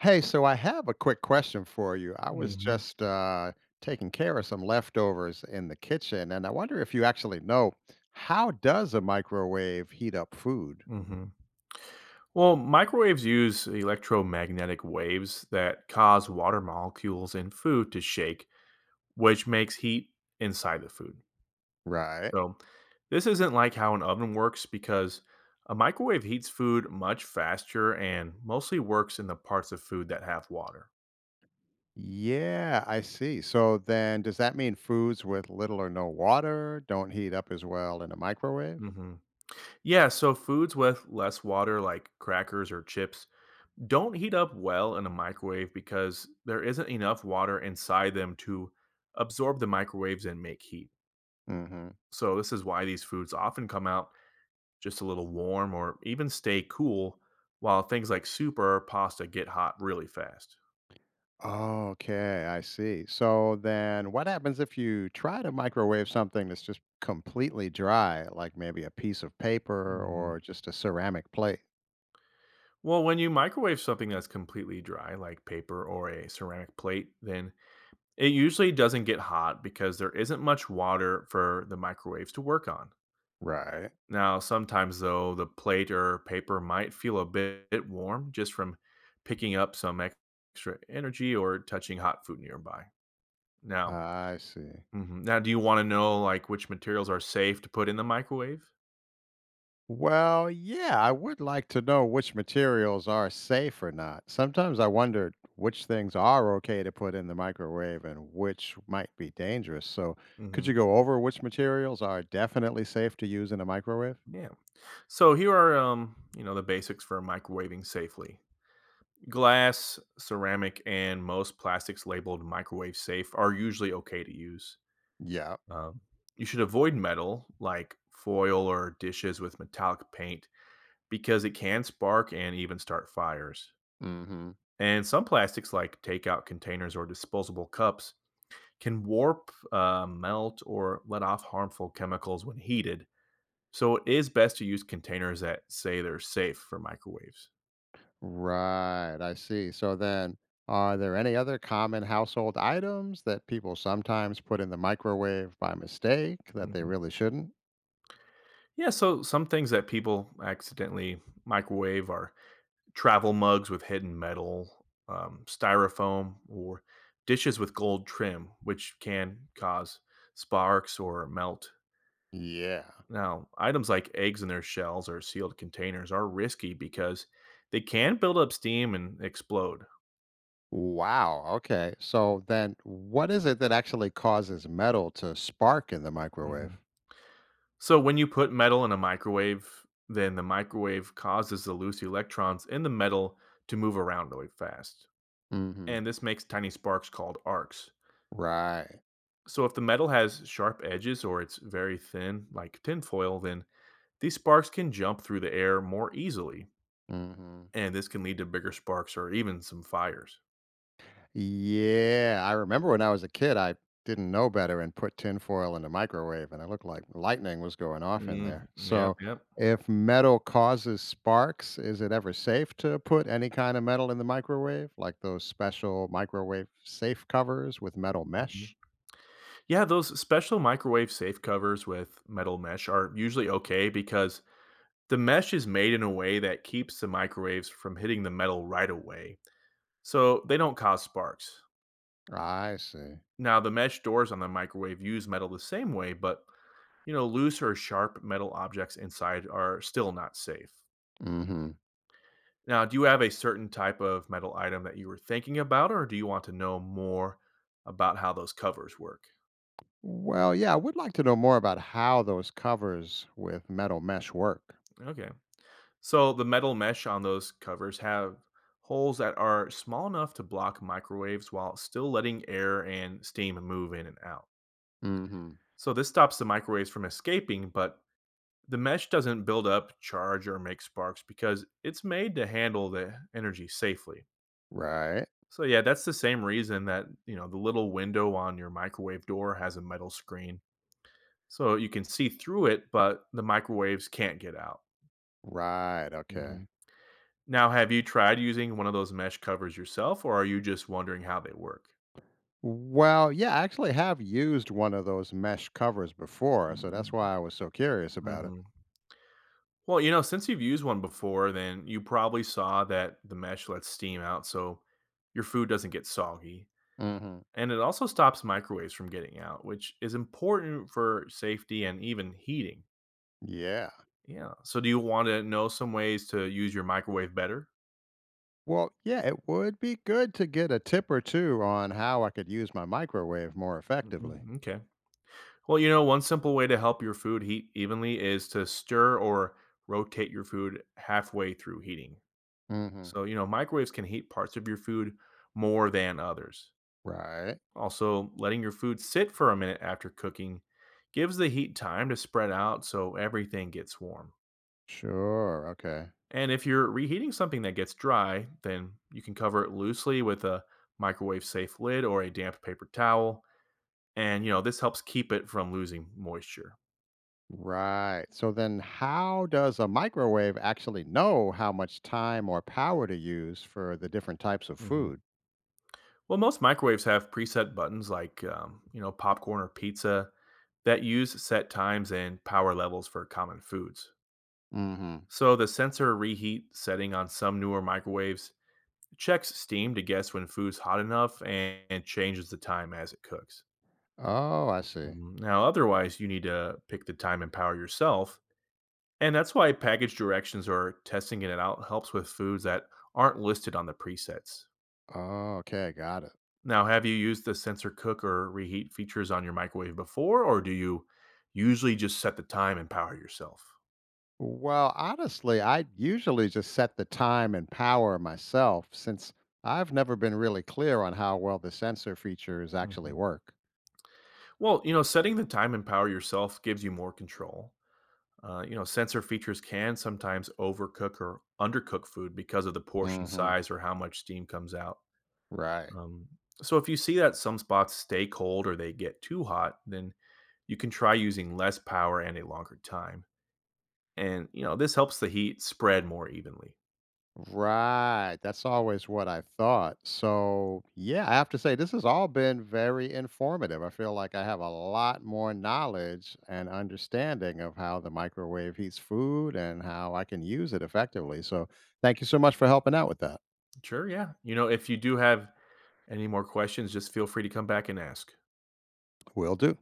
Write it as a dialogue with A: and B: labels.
A: Hey, so I have a quick question for you. I was
B: Mhm,
A: just taking care of some leftovers in the kitchen, and I wonder if you actually know how does a microwave heat up food?
B: mhm. Well, microwaves use electromagnetic waves that cause water molecules in food to shake, which makes heat inside the food.
A: Right.
B: So, this isn't like how an oven works because a microwave heats food much faster and mostly works in the parts of food that have water.
A: Yeah, I see. So then, does that mean foods with little or no water don't heat up as well in a microwave?
B: Hmm Yeah, so foods with less water, like crackers or chips, don't heat up well in a microwave because there isn't enough water inside them to absorb the microwaves and make heat.
A: hmm
B: So, this is why these foods often come out just a little warm or even stay cool, while things like soup or pasta get hot really fast.
A: Okay, I see. So then what happens if you try to microwave something that's just completely dry, like maybe a piece of paper
B: Mhm.
A: or just a ceramic plate?
B: Well, when you microwave something that's completely dry, like paper or a ceramic plate, then it usually doesn't get hot because there isn't much water for the microwaves to work on.
A: Right.
B: Now, sometimes though, the plate or paper might feel a bit warm just from picking up some ex- extra energy or touching hot food nearby. Now,
A: I see.
B: mhm, now, do you want to know like which materials are safe to put in the microwave?
A: Well, yeah, I would like to know which materials are safe or not. Sometimes I wondered which things are okay to put in the microwave and which might be dangerous. So, could you
B: Hmm
A: go over which materials are definitely safe to use in a microwave?
B: Yeah. So here are you know the basics for microwaving safely. Glass, ceramic, and most plastics labeled microwave safe are usually okay to use.
A: Yeah.
B: Um, you should avoid metal like foil or dishes with metallic paint because it can spark and even start fires. And some plastics, like takeout containers or disposable cups, can warp, melt, or let off harmful chemicals when heated. So it is best to use containers that say they're safe for microwaves.
A: Right, I see. So then, are there any other common household items that people sometimes put in the microwave by mistake that they
B: Mhm.
A: really shouldn't?
B: Yeah, so some things that people accidentally microwave are travel mugs with hidden metal, styrofoam, or dishes with gold trim, which can cause sparks or melt.
A: Yeah.
B: Now, items like eggs in their shells or sealed containers are risky because they can build up steam and explode.
A: Wow. Okay. So then, what is it that actually causes metal to spark in the
B: Mhm.
A: microwave?
B: So, when you put metal in a microwave, then the microwave causes the loose electrons in the metal to move around really fast.
A: Mm hmm.
B: And this makes tiny sparks called arcs.
A: Right.
B: So if the metal has sharp edges or it's very thin, like tinfoil, then these sparks can jump through the air more easily,
A: Mm hmm.
B: and this can lead to bigger sparks or even some fires.
A: Yeah, I remember when I was a kid, I didn't know better and put tinfoil in the microwave, and it looked like lightning was going off in there.
B: Mm, yep,
A: So,
B: yep.
A: if metal causes sparks, is it ever safe to put any kind of metal in the microwave, like those special microwave safe covers with metal
B: mhm.
A: mesh?
B: Yeah, those special microwave safe covers with metal mesh are usually okay because the mesh is made in a way that keeps the microwaves from hitting the metal right away, so they don't cause sparks.
A: I see.
B: Now, the mesh doors on the microwave use metal the same way, but you know, loose or sharp metal objects inside are still not safe.
A: Hmm.
B: Now, do you have a certain type of metal item that you were thinking about, or do you want to know more about how those covers work?
A: Well, yeah, I would like to know more about how those covers with metal mesh work.
B: Okay. So, the metal mesh on those covers have holes that are small enough to block microwaves while still letting air and steam move in and out.
A: Hmm.
B: So, this stops the microwaves from escaping, but the mesh doesn't build up charge or make sparks because it's made to handle the energy safely.
A: Right.
B: So yeah, that's the same reason that, you know, the little window on your microwave door has a metal screen. So you can see through it, but the microwaves can't get out.
A: Right.
B: Hmm
A: Okay.
B: Now, have you tried using one of those mesh covers yourself, or are you just wondering how they work?
A: Well, yeah, I actually have used one of those mesh covers before, so that's why I was so curious about it.
B: Mm-hmm. Well, you know, since you've used one before, then you probably saw that the mesh lets steam out so your food doesn't get soggy.
A: Hmm.
B: And it also stops microwaves from getting out, which is important for safety and even heating.
A: Yeah.
B: Yeah. So do you wanna know some ways to use your microwave better?
A: Well, yeah, it would be good to get a tip or two on how I could use my microwave more
B: Mm,
A: effectively.
B: mm, Well, you know, one simple way to help your food heat evenly is to stir or rotate your food halfway through heating.
A: Hmm.
B: So, you know, microwaves can heat parts of your food more than others.
A: Right.
B: Also, letting your food sit for a minute after cooking gives the heat time to spread out so everything gets warm.
A: Sure. Okay.
B: And if you're reheating something that gets dry, then you can cover it loosely with a microwave safe lid or a damp paper towel. And you know this helps keep it from losing moisture.
A: Right. So then, how does a microwave actually know how much time or power to use for the different types of
B: Mhm.
A: food?
B: Well, most microwaves have preset buttons like you know popcorn or pizza that use set times and power levels for common foods.
A: Hmm.
B: So the sensor reheat setting on some newer microwaves checks steam to guess when food's hot enough and, changes the time as it cooks.
A: Oh, I see.
B: Mhm. Now, otherwise, you need to pick the time and power yourself. And that's why package directions or testing it out helps with foods that aren't listed on the presets.
A: Oh, okay. Got it.
B: Now, have you used the sensor cook or reheat features on your microwave before, or do you usually just set the time and power yourself?
A: Well, honestly, I usually just set the time and power myself since I've never been really clear on how well the sensor features actually
B: Mhm.
A: work.
B: Well, you know, setting the time and power yourself gives you more control. You know, sensor features can sometimes overcook or undercook food because of the portion
A: Hmm.
B: size or how much steam comes out.
A: Right.
B: Um, so, if you see that some spots stay cold or they get too hot, then you can try using less power and a longer time. And, you know, this helps the heat spread more evenly.
A: Right. That's always what I thought. So, yeah, I have to say, this has all been very informative. I feel like I have a lot more knowledge and understanding of how the microwave heats food and how I can use it effectively. So, thank you so much for helping out with that.
B: Sure, yeah. You know, if you do have any more questions, just feel free to come back and ask.
A: Will do.